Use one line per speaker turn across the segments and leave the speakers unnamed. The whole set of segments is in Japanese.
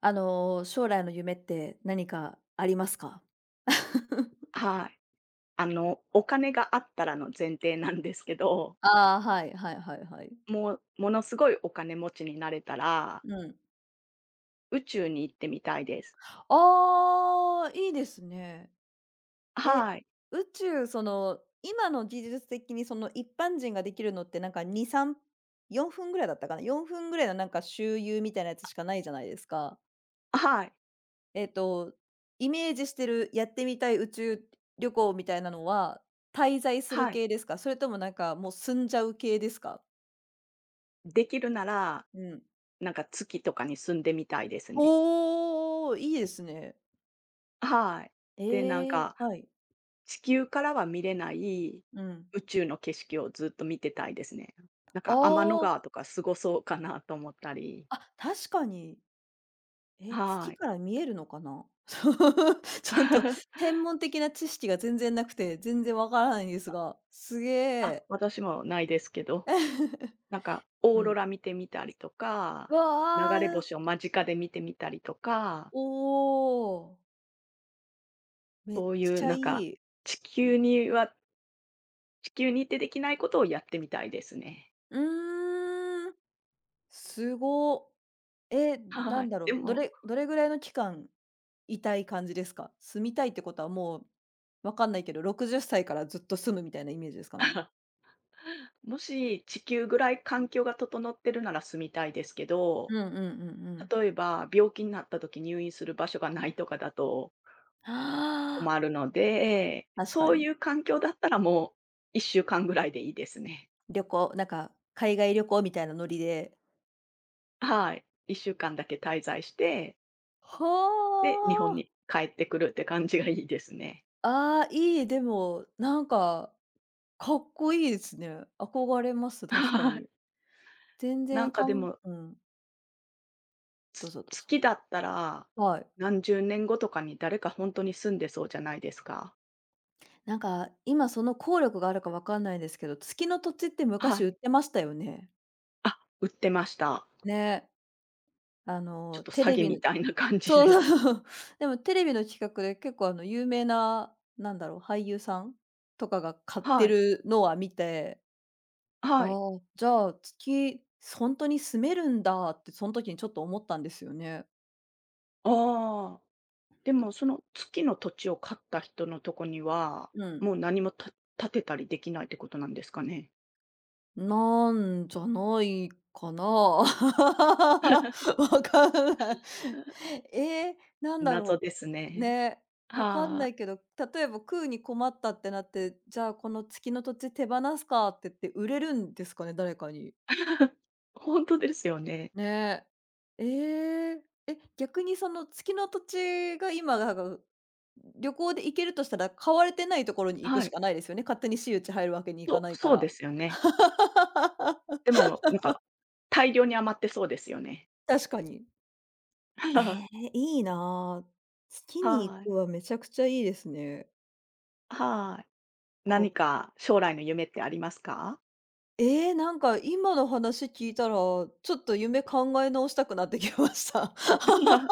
将来の夢って何かありますか？
はい。お金があったらの前提なんですけど、
ああ、はいはいはいはい。
もう、ものすごいお金持ちになれたら、
うん。
宇宙に行ってみたいです。
ああ、いいですね。え、
はい。
宇宙今の技術的にその一般人ができるのってなんか2、3、4分ぐらいだったかな、4分ぐらいのなんか周遊みたいなやつしかないじゃないですか。
はい。
えっと、イメージしてるやってみたい宇宙旅行みたいなのは、滞在する
はい。
系ですか？それともなんかもう住んじゃう系ですか？
できるなら、
うん。
なんか月とかに住んでみたいですね。
おお、いいですね。
はい。で、なん
ええ。
か、
はい。
地球からは見れない
うん。
宇宙の景色をずっと見てたいですね。なん
あ
か天の
あ、
川とかすごそうかなと思ったり。
あ、確かに。え、
は
月
い。
から見えるのかな？そうちょっと 天文的な知識が全然なくて、全然わからないんですが、すげ
あ、
え。
私もないですけど。なんか、オ
う
ーロ
ん。
ラ見てみたりとか、
わ
流れ
あ、
星を間近で見てみたりとか、
おお、めっ
そうい
ち
う
ゃ
なん
い
か、
い。
地球には地球に行ってできないことをやってみたいですね。
うーん。すご。え、な
は
ん
い。
だろ
で
う、ど
も、
れどれぐらいの期間いたい感じですか？住みたいってことはもう、わかんないけど、60歳からずっと住むみたいなイメージですかね？
もし地球ぐらい環境が整ってるなら住みたいですけ
う
ど、
んうんうんうん。
例えば病気になった時入院する場所がないとかだと
ああ。
困るので、
確か
そうい
に。
う環境だったらもう1週間ぐらいでいいですね。
旅行、なんか海外旅行みたいなノリで。
はい。1週間だけ滞在して、で、日本
はあ。
に帰ってくるって感じがいいですね。
ああ、いい、でも、なんか、かっこいいですね。憧れます、確か
はい。
に。全
な
然
んか
か
で
ん
も、
うん、どうぞどうぞ。
月だったら、
はい。
何十年後とかに誰か本当に住んでそうじゃないですか？
なんか、今その効力があるかわかんないですけど、月の土地って
は
昔
い。
売ってましたよね。
あ、売ってました。
ね、
ちょっと
テ
詐
レ
欺
ビ
み
の
たいな感じで。
そうそうそう。でもテレビの企画で結構あの有名な、なんだろう、俳優さんとかが買って
はい。
るのは見て、あ
はい。
あ、じゃあ、月、ほんとに住めるんだってそん時にちょっと思ったんですよね。
ああ。でもその月の土地を買った人のとこには、
うん。
もう何も建てたりできないってことなんですかね？
なんじゃないかな。わ かんない。ええ、なんだ
謎
ろ
です
う。
ね。
ね、わかん
は
ない
い。
けど、例えば食うに困ったってなって、じゃあこの月の土地手放すかって言って売れるんですかね、誰かに。
本当ですよね。
ね。ええ。え、逆にその月の土地が今だが旅行で行けるとしたら、買われてないところに行く
は
し
い。
かないですよね。勝手に私有地入るわけにいか
そ
な
う、
いか
そうで
ら。
すよね。でも、なんか、大量に余ってそうですよね。
確かに。ええ、いいな。月に行
はい。
くはめちゃくちゃいいですね。
はい。何
か
か将来の夢ってありますか？
ええ、なんか今の話聞いたら、ちょっと夢考え直したくなってきました。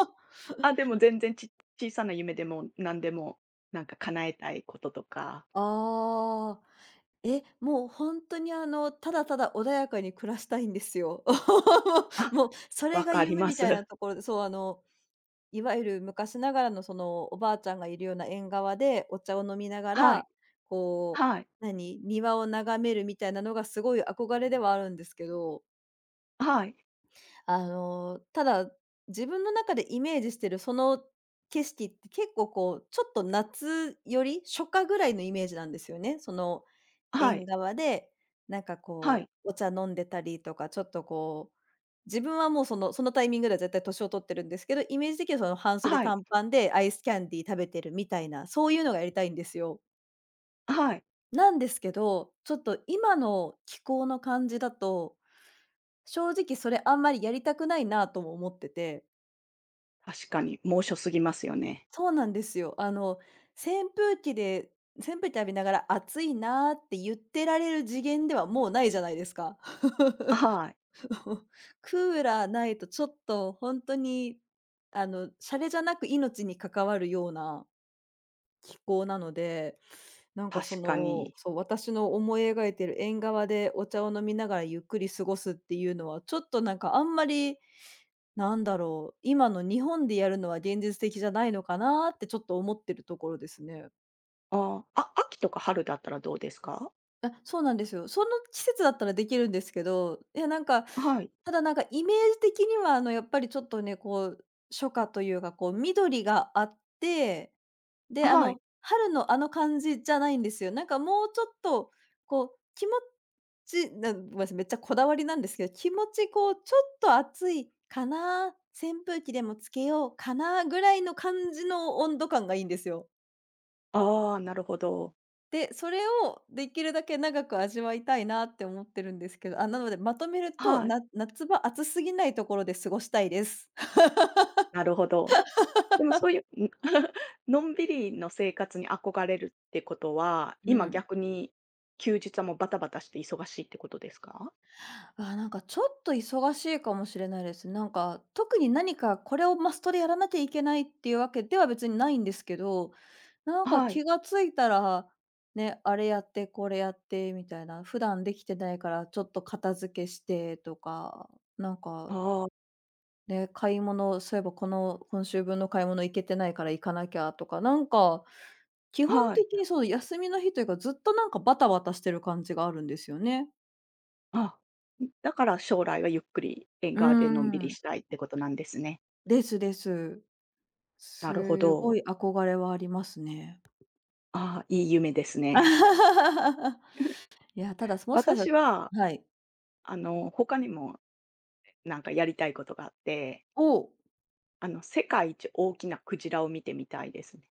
あ、でも全然小さな夢でも何でも、なんか叶えたいこととか。
ああ、え、もう本当にただただ穏やかに暮らしたいんですよ。
あ、
もうそれ
分
が
かり
夢
ま
みたい
す。
なところで、そう、いわゆる昔ながらのそのおばあちゃんがいるような縁側でお茶を飲みなが
はい、
ら、こ
はい、
う、何、庭を眺めるみたいなのがすごい憧れではあるんですけど
はい、
ただ、自分の中でイメージしてるその景色って結構こう、ちょっと夏より、初夏ぐらいのイメージなんですよね。その
は
縁
い、
側で、なんか
は
こ
い、
う、お茶飲んでたりとか、ちょっとこう、自分はもうそのタイミングでは絶対年を取ってるんですけど、イメージ的にはその半袖
はい、
短パンでアイスキャンディー食べてるみたいな、そういうのがやりたいんですよ。
はい。
なんですけど、ちょっと今の気候の感じだと、正直それあんまりやりたくないなとも思ってて。
確かに、猛暑すぎますよね。
そうなんですよ。扇風機で扇風機浴びながら「暑いな」って言ってられる次元ではもうないじゃないですか。
はい、
クーラーないとちょっと本当に、洒落じゃなく命に関わるような気候なので、なんかそ
確か
の、
に。
そう、私の思い描いてる縁側でお茶を飲みながらゆっくり過ごすっていうのは、ちょっとなんかあんまり、なんだろう、今の日本でやるのは現実的じゃないのかなってちょっと思ってるところですね。
ああ、あ、秋とか春だったらどうですか？
あ、そうなんですよ。その季節だったらできるんですけど、いやなんか、
はい、
ただなんかイメージ的にはあのやっぱりちょっとね、こう、初夏というかこう緑があって、で、
はい。
春のあの感じじゃないんですよ。なんかもうちょっと、こう、気持ちなごめんなさい、めっちゃこだわりなんですけど、気持ちこう、ちょっと暑いかな、扇風機でもつけようかなぐらいの感じの温度感がいいんですよ。
ああ、なるほど。
で、それをできるだけ長く味わいたいなって思ってるんですけど、あ、なのでまとめると、
はい、
な夏場暑すぎないところで過ごしたいです。
なるほど。でもそういう、のんびりの生活に憧れるってことは、
う
今
ん。
逆に休日はもうバタバタして忙しいってことですか？
あ、なんかちょっと忙しいかもしれないです。なんか、特に何かこれをマストでやらなきゃいけないっていうわけでは別にないんですけど、なんか
はい。
気がついたら、ね、あれやってこれやってみたいな、普段できてないからちょっと片付けしてとか、なんか
ああ、
ね、買い物、そういえばこの今週分の買い物行けてないから行かなきゃとか、なんか、基本
はい。
的にそう、休みの日というか、ずっとなんかバタバタしてる感じがあるんですよね。
あ、だから将来はゆっくりえん
うー
でのんびり
ん。
したいってことなんですね。
ですです。
なるほ
すご
ど。
い憧れはありますね。
ああ、いい夢ですね。
いや、ただ、もしかした
私
ら
は、
はい。
他にもなんかやりたいことがあって、
お、
世界一大きなクジラを見てみたいですね。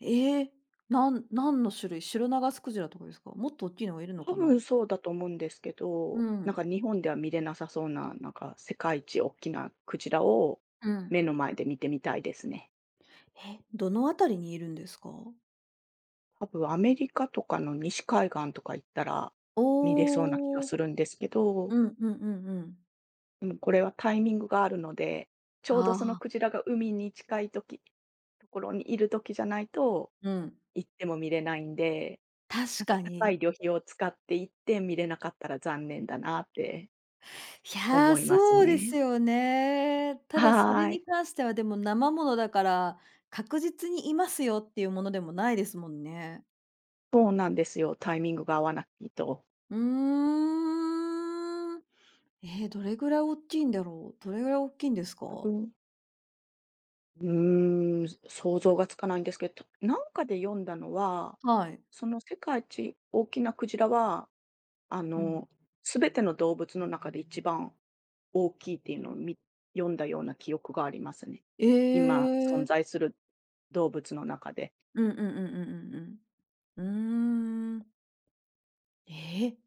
ええ、何の種類？シロナガスクジラとかですか？もっと大きいのがいるの
多
かな？
分そうだと思うんですけ
う
ど、なん
ん、
か日本では見れなさそうな、なんか世界一大きなクジラを
うん。
目の前で見てみたいですね。
え、どのあたりにいるんですか？
多分アメリカとかの西海岸とか行ったら見れそうな気が
お
す
お。
るんですけ
う
ど、
んうんうんうん。
でもこれはタイミングがあるので、ちょうどその
ああ。
クジラが海に近い時、ところにいる時じゃないと
うん。
行っても見れないんで、な
確
んか
か
高い
に。
旅費を使って行って見れなかったら残念だなって
いや、
思います
そうで
ね。
すよね。ただそれ
はーい。
に関してはでも生ものだから、確実にいますよっていうものでもないですもんね。
そうなんですよ、タイミングが合わなきと。
うーん。えー、どれぐらい大きいんだろう？どれぐらい大きいんです
多
か？
分。うーん、想像がつかないんですけど、なんかで読んだのは、
はい。
その世界一大きなクジラは、あ
うん。
の、全ての動物の中で一番大きいっていうのを読んだような記憶がありますね。
え
今存
ー
在する動物の中で。
うんうんうんうんうんうん。うーん。ええ、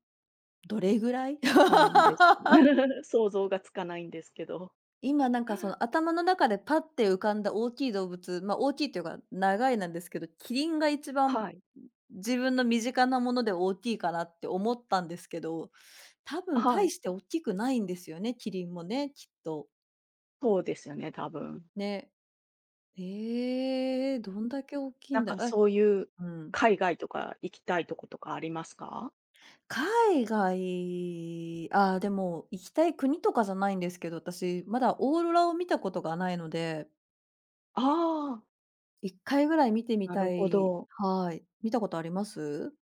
どれぐらい？
そうなんです。想像がつかないんですけど。
今なんかその頭の中でパッて浮かんだ大きい動物、ま、あ大きいというか長いなんですけど、キリンが一番
はい。
自分の身近なもので大きいかなって思ったんですけど、多分
は
大
い。
して大きくないんですよね、キリンもね、きっと。
そうですよね、多分。
ね。ええ、どんだけ大きい
なん
んだ
か
え、
そういう
うん。
海外とか行きたいとことかありますか？
海外、ああ、でも行きたい国とかじゃないんですけど、私まだオーロラを見たことがないので
ああ、
1回ぐらい見てみ
な
た
るほ
い
ど。
はい。見たことあります？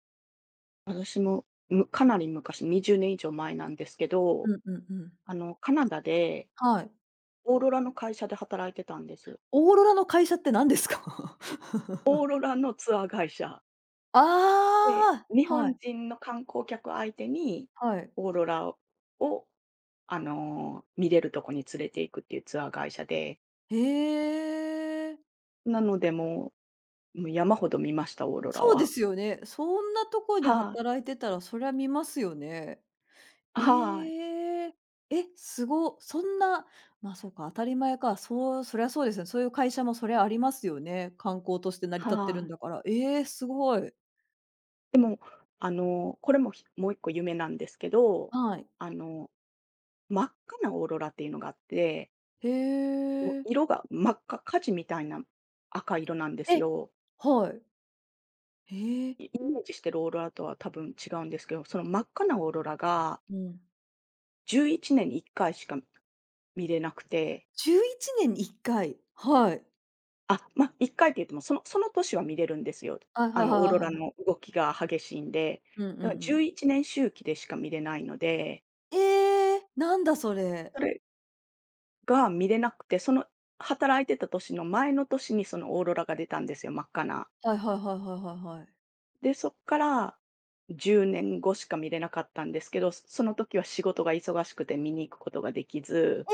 私も、かなり昔、20年以上前なんですけど、
うんうんうん。
カナダで
はい。
オーロラの会社で働いてたんです。
オーロラの会社って何ですか？
オーロラのツアー会社。
あ
で、
あ、
日
は
本
い
人の観光客相手に
はい。
オーロラを、見れるとこに連れて行くっていうツアー会社で、
へえ。
なのでもう山ほど見ました、オーロラ
そうで
は。
すよね。そんなとこで
はい。
働いてたら、そりゃ見ますよね。
はい。
ええ。え、すご。そんな、ま、そうか、当たり前か。そうそりゃそうですね。そういう会社もそりゃありますよね。観光として成り立ってるん
は
だ
い。
から。ええ、すごい。
でも、これも、もう一個夢なんですけど、
はい。
あの、真っ赤なオーロラっていうのがあって、
へ
もう
え。
色が真っ赤、火事みたいな赤色なんです
え、
よ。
はい。へえ。
イメージしてるオーロラとは多分違うんですけど、その真っ赤なオーロラが
うん。
11年に1回しか見れなくて、
11年に1回。はい。
あ、まあ、1回って言ってもその年は見れるんですよ。
あ、はいはいは
オーロ
いは
ラ
いは
の
い。
動きが激しいんで。
うんうん
だ
う
から
ん。
11年周期でしか見れないので、
ええ、なんだそれ。
それが見れなくて、その働いてた年の前の年にそのオーロラが出たんですよ、真っ赤な。
はいはいはいはいはいはい。
で、そっから10年後しか見れなかったんですけど、その時は仕事が忙しくて見に行くことができず、
え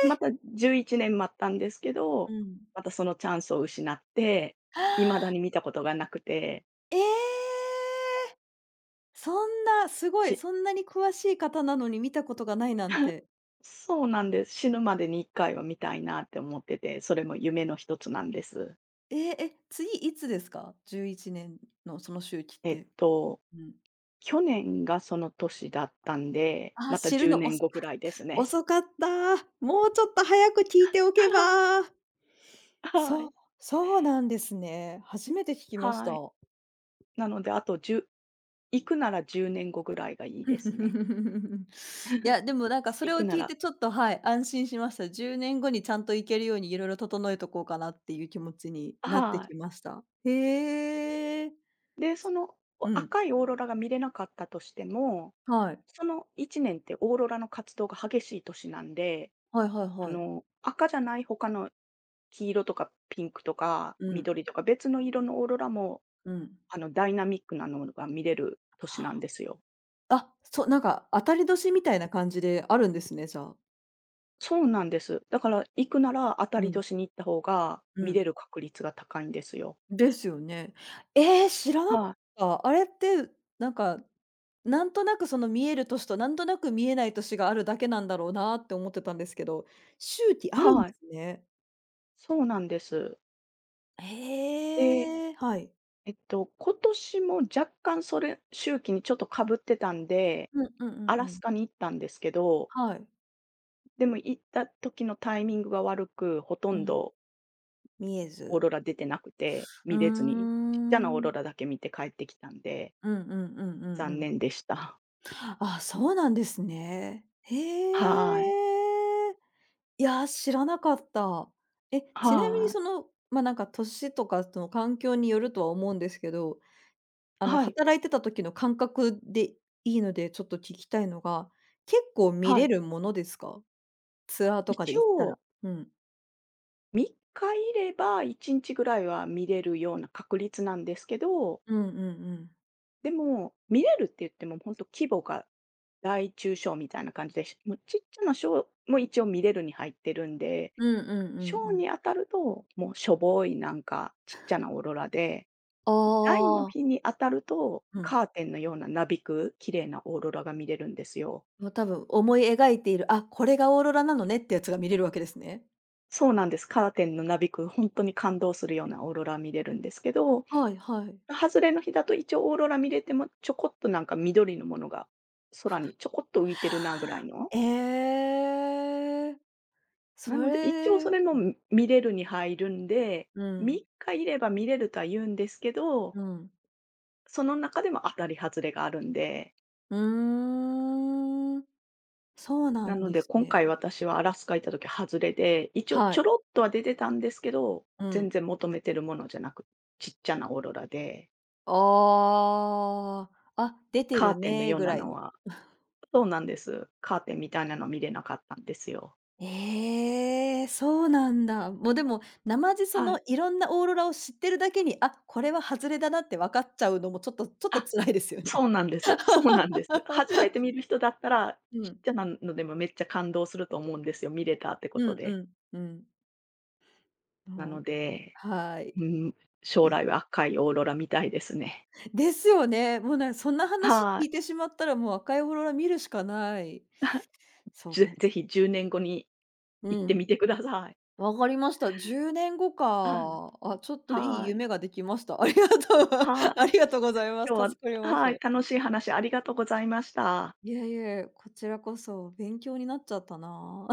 また11年待ったんですけ
う
ど、
ん。
またそのチャンスを失って、未だに見たことがなくて、
ええ！そんな、すごい、
し
そんなに詳しい方なのに見たことがないなんて。
そうなんです。死ぬまでに1回は見たいなって思ってて、それも夢の一つなんです。
ええ、え、次いつですか？11年のその周期っ
えっ
て。
と
うん。
去年がその年だったんで、
ああ、
また
知る
10
の
年
遅
後ぐ
か
らいですね。
遅かった。もうちょっと早く聞いてお けば。
はい、は
そ
い、
う、そうなんですね。初めて聞きました。
はい。なので、あと10、行くなら10年後ぐらいがいいですね。
いや、で もなんかそ
行
れを
くな
聞い
ら
てちょっと、はい、安心しました。10年後にちゃんと行けるようにいろいろ整えとこうかなっていう気持ちになって
はい。
きました。へえ。
で、その、
うん。
赤いオーロラが見れなかったとしても、
はい。
その1年ってオーロラの活動が激しい年なんで、
はいはいはい。
赤じゃない他の黄色とかピンクとか
うん。
緑とか別の色のオーロラも、
うん。
ダイナミックなのが見れる年なんですよ。
あ、そう、なんか当たり年みたいな感じであるんですね、じゃあ。
そうなんです。だから行くなら当た
う
り
ん、
年に行った方が
う
見れ
ん。
る確率が高いんですよ。
ですよね。ええ、知らなかっ
はい。
た。あれって、なんかなんとなくその見える年と、なんとなく見えない年があるだけなんだろうなって思ってたんですけど、周期あるんで
はい。
すね。
そうなんです。で、
へえ、はい。
今年も若干それ、周期にちょっとかぶってたんで、
うんうんうん
アラ
う
ス
ん。
カに行ったんですけど、
はい。
でも行った時のタイミングが悪く、ほと
う
ん
ん、
ど
見え
オー
ず。
ロラ出てなくて、
う
見
ー
れずに、ちっちゃなオーロ
ん。
ラだけ見て帰ってきたんで、
うんうんうんうんう
残
ん。
念でした。
あ、そうなんですね。へ
はい。
え。いや、知らなかった。え、ちなみに
は
そ
い。
の、ま、なんか年とかその環境によるとは思うんですけど、
はい。
働いてた時の感覚でいいので、ちょっと聞きたいのが、結構見
は
れ
い。
るものですか？ツアーと
一
かで行ったら。
応
うん。
3日いれば1日ぐらいは見れるような確率なんですけど、
うんうんうん。
でも、見れるって言っても本当規模が大中小みたいな感じで、もうちっちゃな小も一応見れるに入ってるんで、
うんうんうんう
小
ん。
に当たると、もうしょぼいなんかちっちゃなオーロラで、
あ
大の
あ、
日に当たると、
うん。
カーテンのようななびく綺麗なオーロラが見れるんですよ。
もう多分思い描いている、あ、これがオーロラなのねってやつが見れるわけですね。
そうなんです。カーテンのなびく本当に感動するようなオーロラ見れるんですけど、
はいはい。
外れの日だと一応オーロラ見れても、ちょこっとなんか緑のものが空にちょこっと浮いてるなぐらいの。
ええ、
な
そ
ので、一応そ
れ
れも見れるに入るんで、
う
3
ん、
日いれば見れるとは言うんですけど、
うん。
その中でも当たり外れがあるんで、
うーん、そうな
な
ん
の
で
で
す
今回
ね。
私はアラスカ行った時外れで、一応
は
ち
い、
ょろっとは出てたんですけど、
う
全
ん。
然求めてるものじゃなく、ちっちゃなオーロラで、
ああ、あ、出て
カ
る
ーテンの
ね
よう
ぐ
な
らい
の
の。
はそうなんです。カーテンみたいなの見れなかったんですよ。
ええ、そうなんだ。もうでも、なまじそ
は
の
い。
いろんなオーロラを知ってるだけに、あ、これは外れだなって分かっちゃうのもちょっとちょっと
あ
辛いですよ
そ
ね。
うなんです。そうなんです。初めて見る人だったら、
う
ちっ
ん。
ちゃなのでもめっちゃ感動すると思うんですよ、見れたってこ
う
と
ん
で。
うんうん。
な
も
の
う、
で、
はい。
うん、将
い
来は赤いオーロラみたいですね。
ですよね。もうなんそんな話
は
聞
い。
いてしまったら、もう赤いオーロラ見るしかない。そうか。
ぜひ10年後に
う
行って
ん。
みてください。
わかりました。10年後
はい、
か。あ、ちょっといい
はい、
夢ができました。ありがとう。
は
あり
い。
がとうございます。助
今日
かりま
は
す。
はい、楽しい話ありがとうございました。
いえいえ、こちらこそ勉強になっちゃったな。